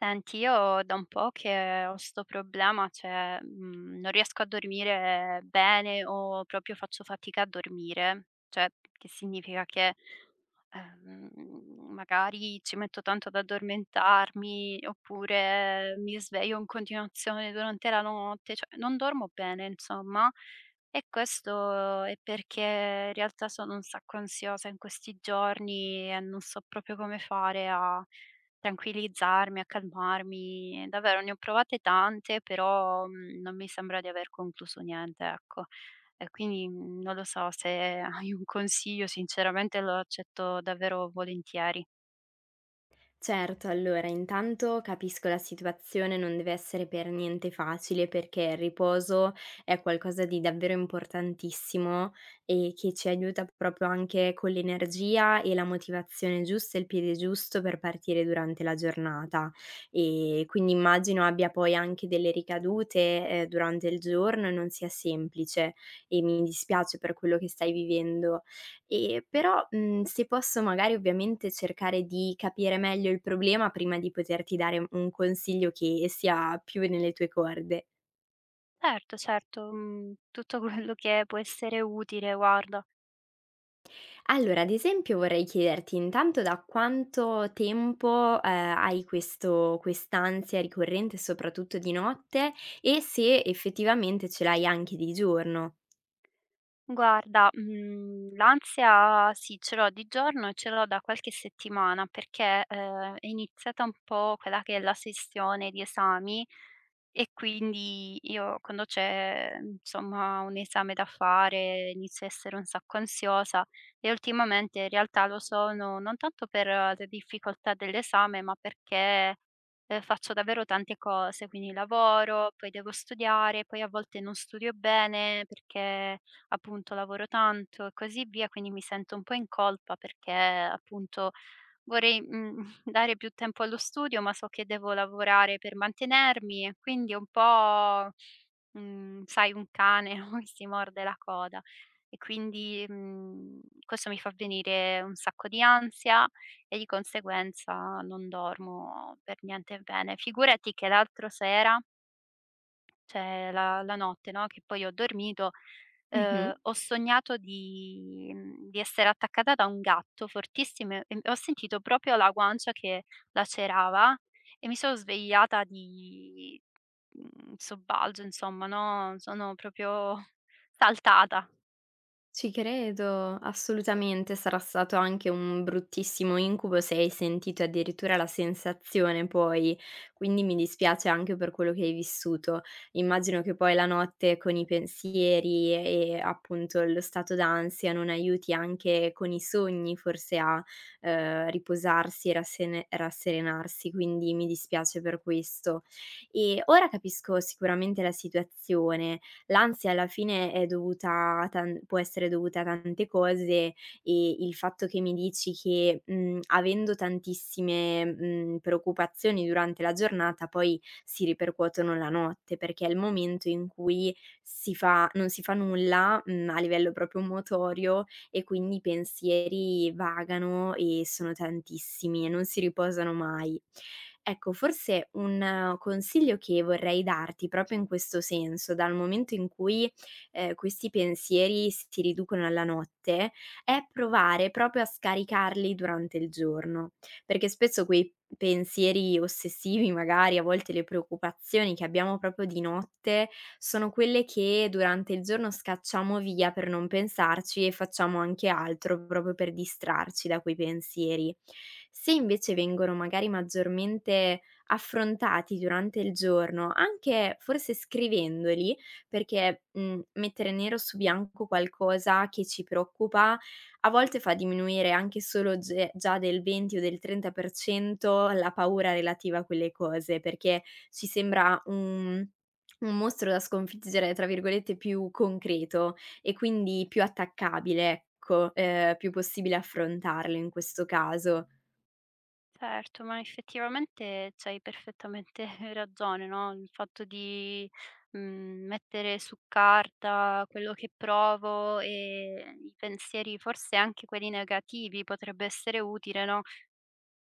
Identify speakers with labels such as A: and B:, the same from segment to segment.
A: Senti, io da un po' che ho sto problema, cioè, non riesco a dormire bene o proprio faccio fatica a dormire. Cioè, che significa che Ehm, magari ci metto tanto ad addormentarmi, oppure mi sveglio in continuazione durante la notte, cioè non dormo bene insomma. E questo è perché in realtà sono un sacco ansiosa in questi giorni e non so proprio come fare a tranquillizzarmi, a calmarmi. Davvero ne ho provate tante, però, non mi sembra di aver concluso niente, ecco. E quindi, non lo so, se hai un consiglio sinceramente lo accetto davvero volentieri.
B: Certo, allora intanto capisco la situazione, non deve essere per niente facile perché il riposo è qualcosa di davvero importantissimo e che ci aiuta proprio anche con l'energia e la motivazione giusta e il piede giusto per partire durante la giornata. E quindi immagino abbia poi anche delle ricadute durante il giorno e non sia semplice e mi dispiace per quello che stai vivendo. E però, se posso magari ovviamente cercare di capire meglio il problema prima di poterti dare un consiglio che sia più nelle tue corde.
A: Certo, certo, tutto quello che può essere utile, guarda.
B: Allora, ad esempio vorrei chiederti intanto da quanto tempo, hai questo quest'ansia ricorrente, soprattutto di notte, e se effettivamente ce l'hai anche di giorno.
A: Guarda, l'ansia sì, ce l'ho di giorno e ce l'ho da qualche settimana perché, è iniziata un po' quella che è la sessione di esami e quindi io quando c'è, insomma, un esame da fare inizio a essere un sacco ansiosa e ultimamente in realtà lo sono non tanto per le difficoltà dell'esame, ma perché, faccio davvero tante cose, quindi lavoro, poi devo studiare, poi a volte non studio bene perché appunto lavoro tanto e così via, quindi mi sento un po' in colpa perché appunto vorrei, dare più tempo allo studio, ma so che devo lavorare per mantenermi e quindi è un po', sai un cane, no, che si morde la coda. E quindi, questo mi fa venire un sacco di ansia e di conseguenza non dormo per niente bene. Figurati che l'altro sera, cioè la notte, no, che poi ho dormito.
B: Mh-mh.
A: Ho sognato di essere attaccata da un gatto fortissimo e ho sentito proprio la guancia che lacerava e mi sono svegliata di sobbalzo insomma, no, sono proprio saltata.
B: Ci credo, assolutamente. Sarà stato anche un bruttissimo incubo se hai sentito addirittura la sensazione poi, quindi mi dispiace anche per quello che hai vissuto. Immagino che poi la notte con i pensieri e appunto lo stato d'ansia non aiuti anche con i sogni forse a, riposarsi e rassene rasserenarsi, quindi mi dispiace per questo. E ora capisco sicuramente la situazione, l'ansia alla fine è dovuta a tan può essere dovuta a tante cose, e il fatto che mi dici che, avendo tantissime, preoccupazioni durante la giornata poi si ripercuotono la notte, perché è il momento in cui si fa non si fa nulla, a livello proprio motorio e quindi i pensieri vagano e sono tantissimi e non si riposano mai. Ecco, forse un consiglio che vorrei darti proprio in questo senso, dal momento in cui, questi pensieri si riducono alla notte, è provare proprio a scaricarli durante il giorno, perché spesso quei pensieri ossessivi magari, a volte le preoccupazioni che abbiamo proprio di notte, sono quelle che durante il giorno scacciamo via per non pensarci e facciamo anche altro proprio per distrarci da quei pensieri. Se invece vengono magari maggiormente affrontati durante il giorno, anche forse scrivendoli, perché, mettere nero su bianco qualcosa che ci preoccupa a volte fa diminuire anche solo ge già del 20 o del 30% la paura relativa a quelle cose, perché ci sembra un mostro da sconfiggere, tra virgolette, "più concreto" e quindi più attaccabile, ecco, più possibile affrontarlo in questo caso.
A: Certo, ma effettivamente c'hai perfettamente ragione, no, il fatto di, mettere su carta quello che provo e i pensieri, forse anche quelli negativi, potrebbe essere utile, no?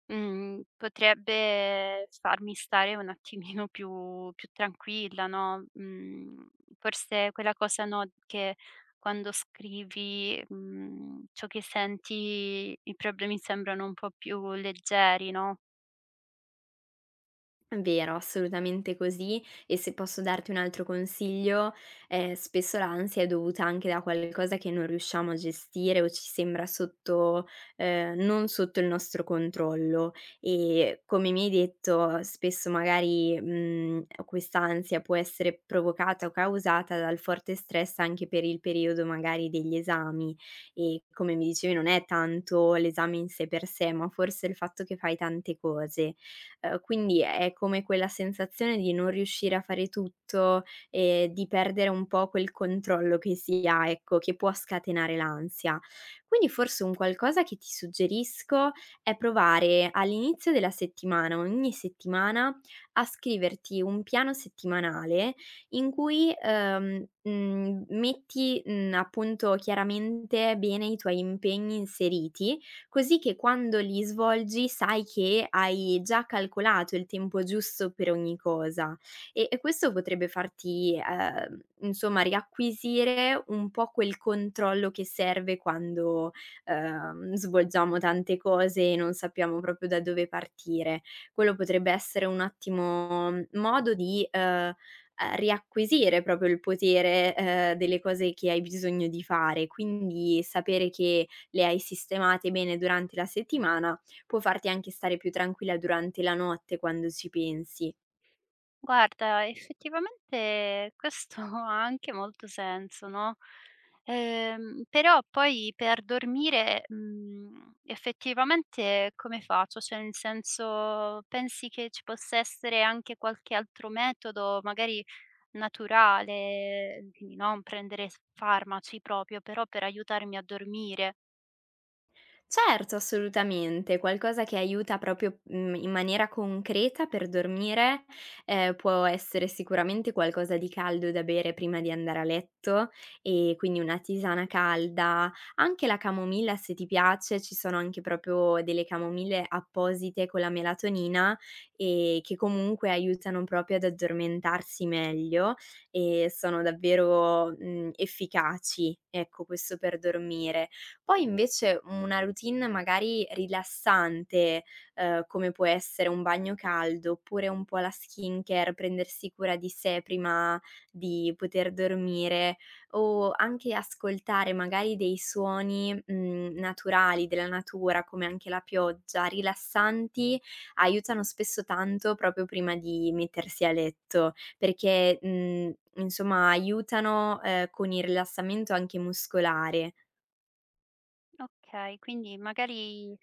A: Mhmm, potrebbe farmi stare un attimino più tranquilla, no, forse quella cosa, no, che quando scrivi, ciò che senti i problemi sembrano un po' più leggeri, no.
B: Vero, assolutamente così, e se posso darti un altro consiglio, spesso l'ansia è dovuta anche da qualcosa che non riusciamo a gestire o ci sembra sotto non sotto il nostro controllo, e come mi hai detto spesso magari, quest'ansia può essere provocata o causata dal forte stress anche per il periodo magari degli esami, e come mi dicevi non è tanto l'esame in sé per sé, ma forse il fatto che fai tante cose. Quindi è come quella sensazione di non riuscire a fare tutto e di perdere un po' quel controllo che si ha, ecco, che può scatenare l'ansia. Quindi forse un qualcosa che ti suggerisco è provare all'inizio della settimana, ogni settimana, a scriverti un piano settimanale in cui, metti, appunto chiaramente bene i tuoi impegni inseriti, così che quando li svolgi sai che hai già calcolato il tempo giusto per ogni cosa. E questo potrebbe farti, insomma riacquisire un po' quel controllo che serve quando, svolgiamo tante cose e non sappiamo proprio da dove partire. Quello potrebbe essere un ottimo modo di, riacquisire proprio il potere, delle cose che hai bisogno di fare, quindi sapere che le hai sistemate bene durante la settimana, può farti anche stare più tranquilla durante la notte quando ci pensi.
A: "Guarda, effettivamente questo ha anche molto senso, no?" Però poi per dormire, effettivamente come faccio? Cioè, nel senso, pensi che ci possa essere anche qualche altro metodo, magari naturale, quindi non prendere s farmaci proprio, però per aiutarmi a dormire?
B: Certo, assolutamente. Qualcosa che aiuta proprio, in maniera concreta per dormire, può essere sicuramente qualcosa di caldo da bere prima di andare a letto, e quindi una tisana calda, anche la camomilla se ti piace, ci sono anche proprio delle camomille apposite con la melatonina, che comunque aiutano proprio ad addormentarsi meglio e sono davvero, efficaci, ecco, questo per dormire. Poi invece una routine magari rilassante, come può essere un bagno caldo, oppure un po' la skincare, prendersi cura di sé prima di poter dormire, o anche ascoltare magari dei suoni, naturali della natura, come anche la pioggia, rilassanti, aiutano spesso tanto proprio prima di mettersi a letto, perché, insomma aiutano, con il rilassamento anche muscolare.
A: Okay, quindi magari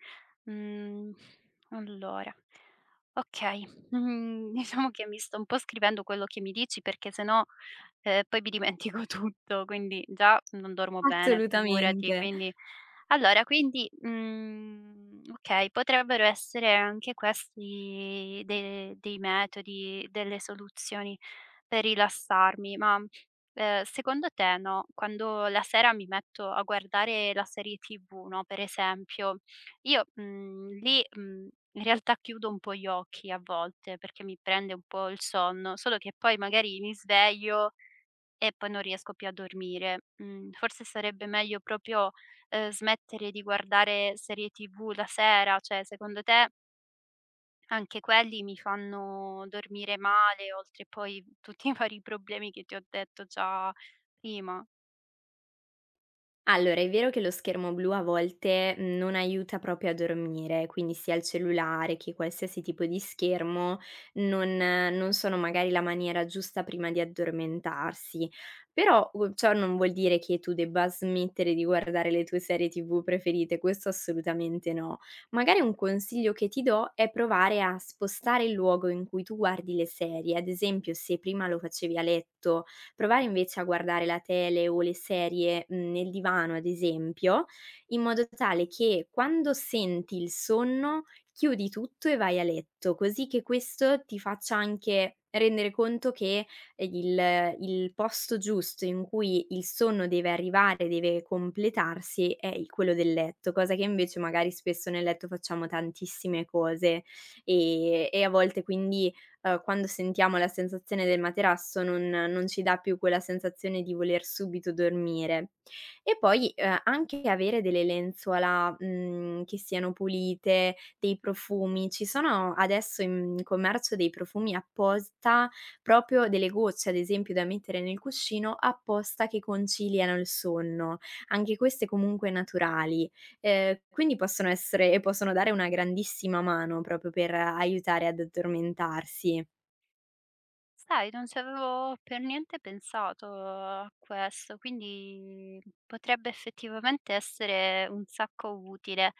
A: mhmm, allora okay, diciamo che mi sto un po' scrivendo quello che mi dici perché se no, poi mi dimentico tutto, quindi già non dormo bene, figurati.
B: Assolutamente.
A: Quindi allora, quindi, okay, potrebbero essere anche questi de dei metodi, delle soluzioni per rilassarmi, ma secondo te, no, quando la sera mi metto a guardare la serie TV, no, per esempio, io, lì, in realtà chiudo un po' gli occhi a volte, perché mi prende un po' il sonno, solo che poi magari mi sveglio e poi non riesco più a dormire. Mhmm, forse sarebbe meglio proprio, smettere di guardare serie TV la sera, cioè secondo te anche quelli mi fanno dormire male, oltre poi tutti i vari problemi che ti ho detto già prima.
B: Allora, è vero che lo schermo blu a volte non aiuta proprio a dormire, quindi sia il cellulare che qualsiasi tipo di schermo non sono magari la maniera giusta prima di addormentarsi. Però, ciò non vuol dire che tu debba smettere di guardare le tue serie TV preferite, questo assolutamente no. Magari un consiglio che ti do è provare a spostare il luogo in cui tu guardi le serie. Ad esempio, se prima lo facevi a letto, provare invece a guardare la tele o le serie, nel divano ad esempio, in modo tale che quando senti il sonno chiudi tutto e vai a letto, così che questo ti faccia anche rendere conto che il posto giusto in cui il sonno deve arrivare, deve completarsi è il quello del letto, cosa che invece magari spesso nel letto facciamo tantissime cose, e a volte quindi quando sentiamo la sensazione del materasso non ci dà più quella sensazione di voler subito dormire. E poi, anche avere delle lenzuola, che siano pulite, dei profumi. Ci sono adesso in commercio dei profumi apposta, proprio delle gocce, ad esempio, da mettere nel cuscino apposta che conciliano il sonno. Anche queste comunque naturali. Quindi possono essere e possono dare una grandissima mano proprio per aiutare ad addormentarsi.
A: Sai, non ci avevo per niente pensato a questo, quindi potrebbe effettivamente essere un sacco utile.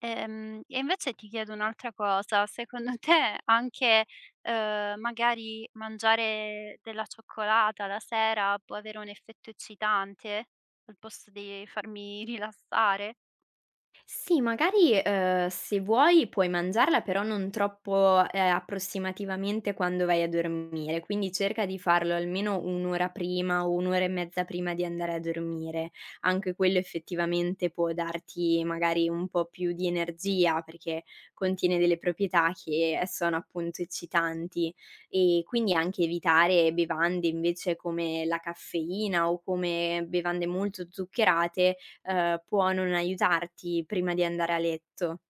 A: E invece ti chiedo un'altra cosa, secondo te anche, magari mangiare della cioccolata la sera può avere un effetto eccitante al posto di farmi rilassare?
B: Sì, magari, se vuoi puoi mangiarla, però non troppo, approssimativamente quando vai a dormire, quindi cerca di farlo almeno 1 ora prima o 1 ora e mezza prima di andare a dormire. Anche quello effettivamente può darti magari un po' più di energia, perché contiene delle proprietà che sono appunto eccitanti, e quindi anche evitare bevande invece come la caffeina o come bevande molto zuccherate può non aiutarti prima di andare a letto.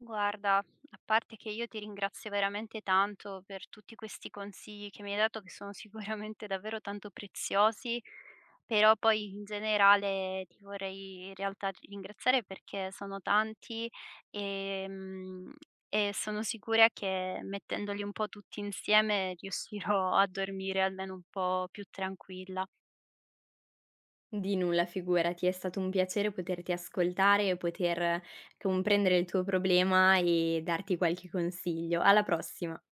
A: Guarda, a parte che io ti ringrazio veramente tanto per tutti questi consigli che mi hai dato, che sono sicuramente davvero tanto preziosi, però poi in generale ti vorrei in realtà ringraziare perché sono tanti e, mm, e sono sicura che mettendoli un po' tutti insieme riuscirò a dormire almeno un po' più tranquilla.
B: Di nulla, figurati, è stato un piacere poterti ascoltare e poter comprendere il tuo problema e darti qualche consiglio. Alla prossima.